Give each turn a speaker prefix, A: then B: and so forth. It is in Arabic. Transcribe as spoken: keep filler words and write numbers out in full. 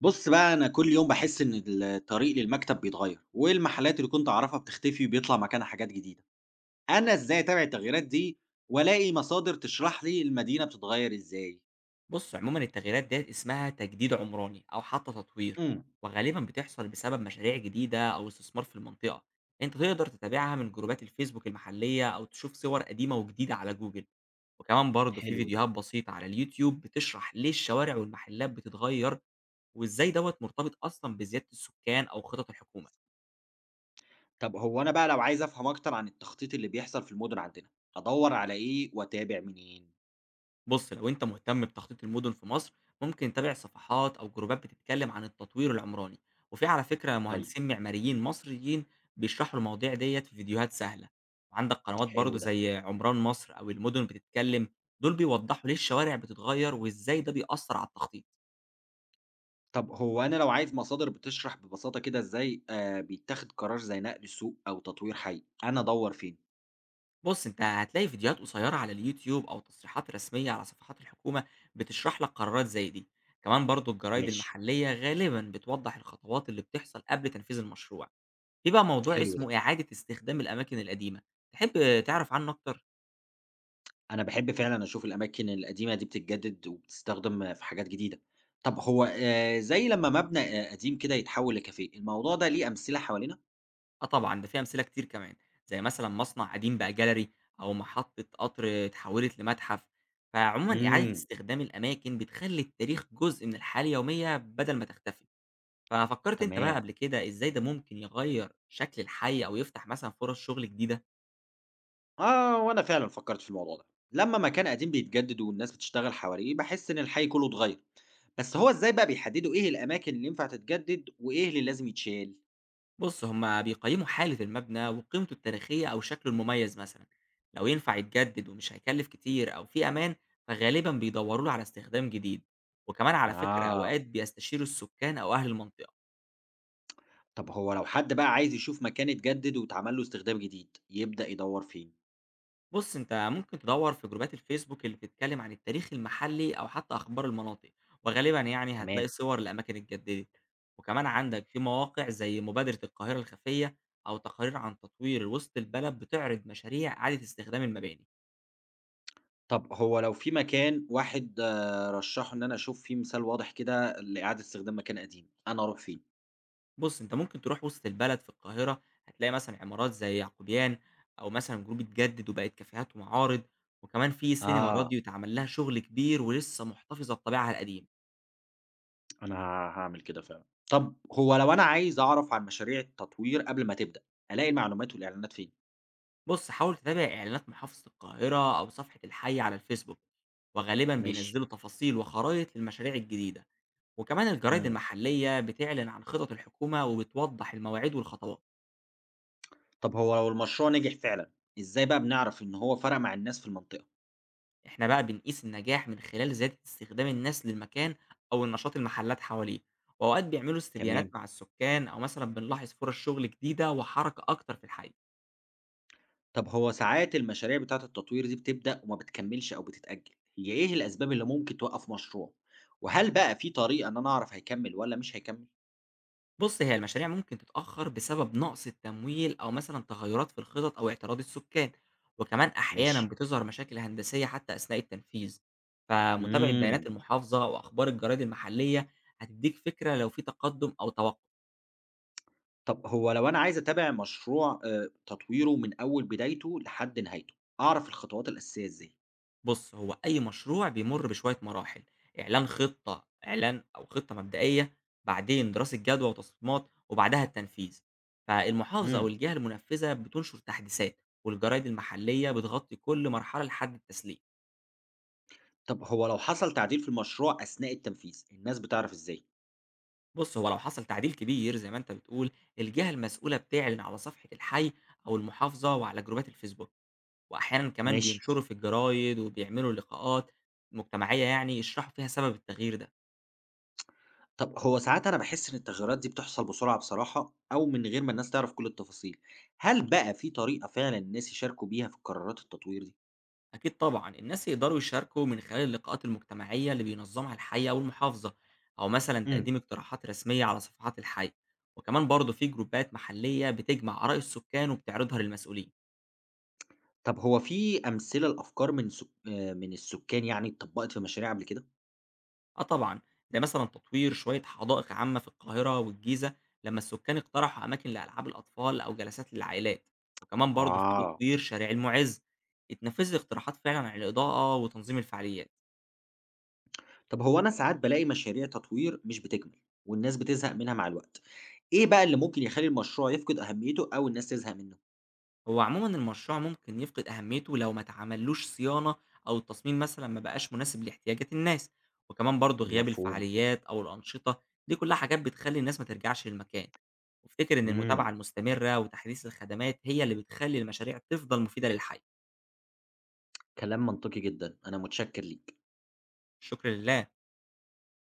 A: بُص بقى، أنا كل يوم باحس إن ال الطريق للمكتب بيتغيّر، والمحلات اللي كنت أعرفها بتختفي وبيطلع مكانها حاجات جديدة. أنا إزاي أتابع التغييرات دي وألاقي مصادر تشرح لي المدينة بتتغيّر إزاي؟
B: بص، عموما التغييرات ديت اسمها تجديد عمراني أو حتى تطوير،
A: إمم،
B: وغالبا بتحصل بسبب مشاريع جديدة أو استثمار في المنطقة. أنت تقدر تتابعها من جروبات الفيسبوك المحلية أو تشوف صور قديمة وجديدة على جوجل، وكمان برضه في
A: حلو ده.
B: فيديوهات بسيطة على اليوتيوب بتشرح ليه الشوارع والمحلات بتتغير، وإزاي دوت مرتبط أصلا بزيادة السكان أو خطط الحكومة.
A: طب هو أنا بقى لو عايز أفهم أكتر عن التخطيط اللي بيحصل في المدن عندنا، أدوّر على إيه وأتابع منين؟
B: بص، لو انت مهتم بتخطيط المدن في مصر، ممكن تتابع صفحات او جروبات بتتكلم عن التطوير العمراني، وفي على فكرة
A: طيب،
B: مهندسين معماريين مصريين بيشرحوا المواضيع ديت في فيديوهات سهلة. وعندك قنوات برضو
A: حلو ده.
B: زي عمران مصر او المدن بتتكلم، دول بيوضحوا ليه الشوارع بتتغير وازاي ده بيأثر على التخطيط.
A: طب هو أنا لو عايز مصادر بتشرح ببساطة كده إزاي آآ بيتاخد قرار زي نقل سوق أو تطوير حي، أنا أدوّر فين؟
B: بص، انت هتلاقي فيديوهات قصيرة على اليوتيوب او تصريحات رسمية على صفحات الحكومة بتشرح لك قرارات زي دي. كمان برضو الجرايد
A: ماشي،
B: المحلية غالبا بتوضح الخطوات اللي بتحصل قبل تنفيذ المشروع. في بقى موضوع
A: حلو ده.
B: اسمه إعادة استخدام الأماكن القديمة، تحب تعرف عنه أكتر؟
A: أنا باحب فعلًا أشوف الأماكن القديمة دي بتتجدد وبتستخدم في حاجات جديدة. طب هو آآ زي لمّا مبنى آآ قديم كده يتحول لكافيه، الموضوع ده ليه أمثلة حوالينا؟
B: آه طبعًا، ده فيه أمثلة كتير كمان، زي مثلًا مصنع قديم بقى جاليري، أو محطة قطر اتحولت لمتحف. فعمومًا إعادة
A: إمم.
B: استخدام الأماكن بتخلّي التاريخ جزء من الحياة اليومية بدل ما تختفي. ففكرت أنت بقى
A: تمام.
B: قبل كده إزاي ده ممكن يغيّر شكل الحي أو يفتح مثلًا فرص شغل جديدة؟
A: آه، وأنا فعلًا فكرت في الموضوع ده. لمّا مكان قديم بيتجدد والناس بتشتغل حواليه، باحس إن الحي كله اتغير. بس هو إزاي بقى بيحددوا إيه الأماكن اللي ينفع تتجدد وإيه اللي لازم يتشال؟
B: بص، هما بيقيموا حالة المبنى وقيمته التاريخية أو شكله المميز مثلا، لو ينفع يتجدد ومش هيكلف كتير أو فيه أمان، فغالبا بيدوروا له على استخدام جديد. وكمان على فكرة
A: آه.
B: أوقات بيستشيروا السكان أو أهل المنطقة.
A: طب هو لو حد بقى عايز يشوف مكان اتجدد واتعمل له استخدام جديد، يبدأ يدوّر فين؟
B: بص، أنت ممكن تدور في جروبات الفيسبوك اللي بتتكلم عن التاريخ المحلي أو حتى أخبار المناطق، وغالبا يعني هتلاقي
A: تمام.
B: صور لأماكن اتجددت. وكمان عندك في مواقع زي مبادرة القاهرة الخفية، أو تقارير عن تطوير وسط البلد بتعرض مشاريع إعادة استخدام المباني.
A: طب هو لو في مكان واحد آه، رشّحه إن أنا أشوف فيه مثال واضح كده لإعادة استخدام مكان قديم، أنا أروح فين؟
B: بُص، أنت ممكن تروح وسط البلد في القاهرة، هتلاقي مثلًا عمارات زي يعقوبيان، أو مثلًا جروب اتجدد وبقت كافيهات ومعارض. وكمان في سينما إمم.
A: آه،
B: راديو اتعمل لها شغل كبير ولسه محتفظة بطابعها القديم.
A: أنا هاعمل كده فعلًا. طب هو لو أنا عايز أعرف عن مشاريع التطوير قبل ما تبدأ، ألاقي المعلومات والإعلانات فين؟
B: بُص، حاول تتابع إعلانات محافظة القاهرة أو صفحة الحي على الفيسبوك، وغالبًا
A: ماشي،
B: بينزلوا تفاصيل وخرايط للمشاريع الجديدة. وكمان الجرايد
A: إمم.
B: المحلية بتعلن عن خطط الحكومة وبتوضح المواعيد والخطوات.
A: طب هو لو المشروع نجح فعلًا، إزاي بقى بنعرف إن هو فرق مع الناس في المنطقة؟
B: إحنا بقى بنقيس النجاح من خلال زيادة استخدام الناس للمكان أو النشاط المحلات حواليه، وأوقات بيعملوا استبيانات
A: تمام.
B: مع السكان، أو مثلا بنلاحظ فرص شغل جديدة وحركة أكتر في الحي.
A: طب هو ساعات المشاريع بتاعة التطوير دي بتبدأ وما بتكمّلش أو بتتأجّل، هي إيه الأسباب اللي ممكن توقّف مشروع؟ وهل بقى في طريقة إن أنا أعرف هيكمّل والّا مش هيكمّل؟
B: بص، هي المشاريع ممكن تتأخر بسبب نقص التمويل أو مثلا تغيرات في الخطط أو اعتراض السكان، وكمان أحيانا
A: ماشي.
B: بتظهر مشاكل هندسية حتى أثناء التنفيذ. فمتابعة بيانات
A: إمم.
B: المحافظة وأخبار الجرايد المحلية هتديك فكرة لو في تقدم أو توقف.
A: طب هو لو أنا عايز أتابع مشروع آآ تطويره من أول بدايته لحد نهايته، أعرف الخطوات الأساسية إزاي؟
B: بُص، هو أي مشروع بيمُر بشوية مراحل، إعلان خطة إعلان أو خطة مبدئية، بعدين دراسة جدوى وتصميمات، وبعدها التنفيذ. فالمحافظة أو
A: إمم.
B: الجهة المنفذة بتنشر تحديثات، والجرايد المحلية بتغطي كل مرحلة لحد التسليم.
A: طب هو لو حصل تعديل في المشروع أثناء التنفيذ، الناس بتعرف إزاي؟
B: بُص، هو لو حصل تعديل كبير زي ما أنت بتقول، الجهة المسؤولة بتعلن على صفحة الحي أو المحافظة وعلى جروبات الفيسبوك، وأحيانًا كمان
A: ماشي.
B: بينشروا في الجرايد وبيعملوا لقاءات مجتمعية يعني يشرحوا فيها سبب التغيير ده.
A: طب هو ساعات أنا باحس إن التغييرات دي بتحصل بسرعة بصراحة أو من غير ما الناس تعرف كل التفاصيل، هل بقى في طريقة فعلًا الناس يشاركوا بيها في قرارات التطوير دي؟
B: أكيد طبعًا، الناس يقدروا يشاركوا من خلال اللقاءات المجتمعية اللي بينظمها الحي أو المحافظة، أو مثلًا
A: إمم.
B: تقديم اقتراحات رسمية على صفحات الحي، وكمان برضه في جروبات محلية بتجمع آراء السكان وبتعرضها للمسؤولين.
A: طب هو في أمثلة لأفكار من سك آآ من السكان يعني اتطبقت في مشاريع قبل كده؟
B: آه طبعًا، ده مثلًا تطوير شوية حدائق عامة في القاهرة والجيزة لمّا السكان اقترحوا أماكن لألعاب الأطفال أو جلسات للعائلات، وكمان برضه في
A: آه.
B: تطوير شارع المُعز، اتنفذت اقتراحات فعلًا عن الإضاءة وتنظيم الفعاليات.
A: طب هو أنا ساعات بالاقي مشاريع تطوير مش بتكمل والناس بتزهق منها مع الوقت، إيه بقى اللي ممكن يخلي المشروع يفقد أهميته أو الناس تزهق منه؟
B: هو عمومًا المشروع ممكن يفقد أهميته لو ما اتعملوش صيانة، أو التصميم مثلًا ما بقاش مناسب لاحتياجات الناس، وكمان برضه غياب
A: مفهوم.
B: الفعاليات أو الأنشطة دي كلها حاجات بتخلّي الناس ما ترجعش للمكان. وافتكر إن المتابعة
A: مم.
B: المستمرة وتحديث الخدمات هي اللي بتخلّي المشاريع تفضل مفيدة للحي.
A: كلام منطقي جدا، أنا متشكر ليك.
B: شكرًا لله.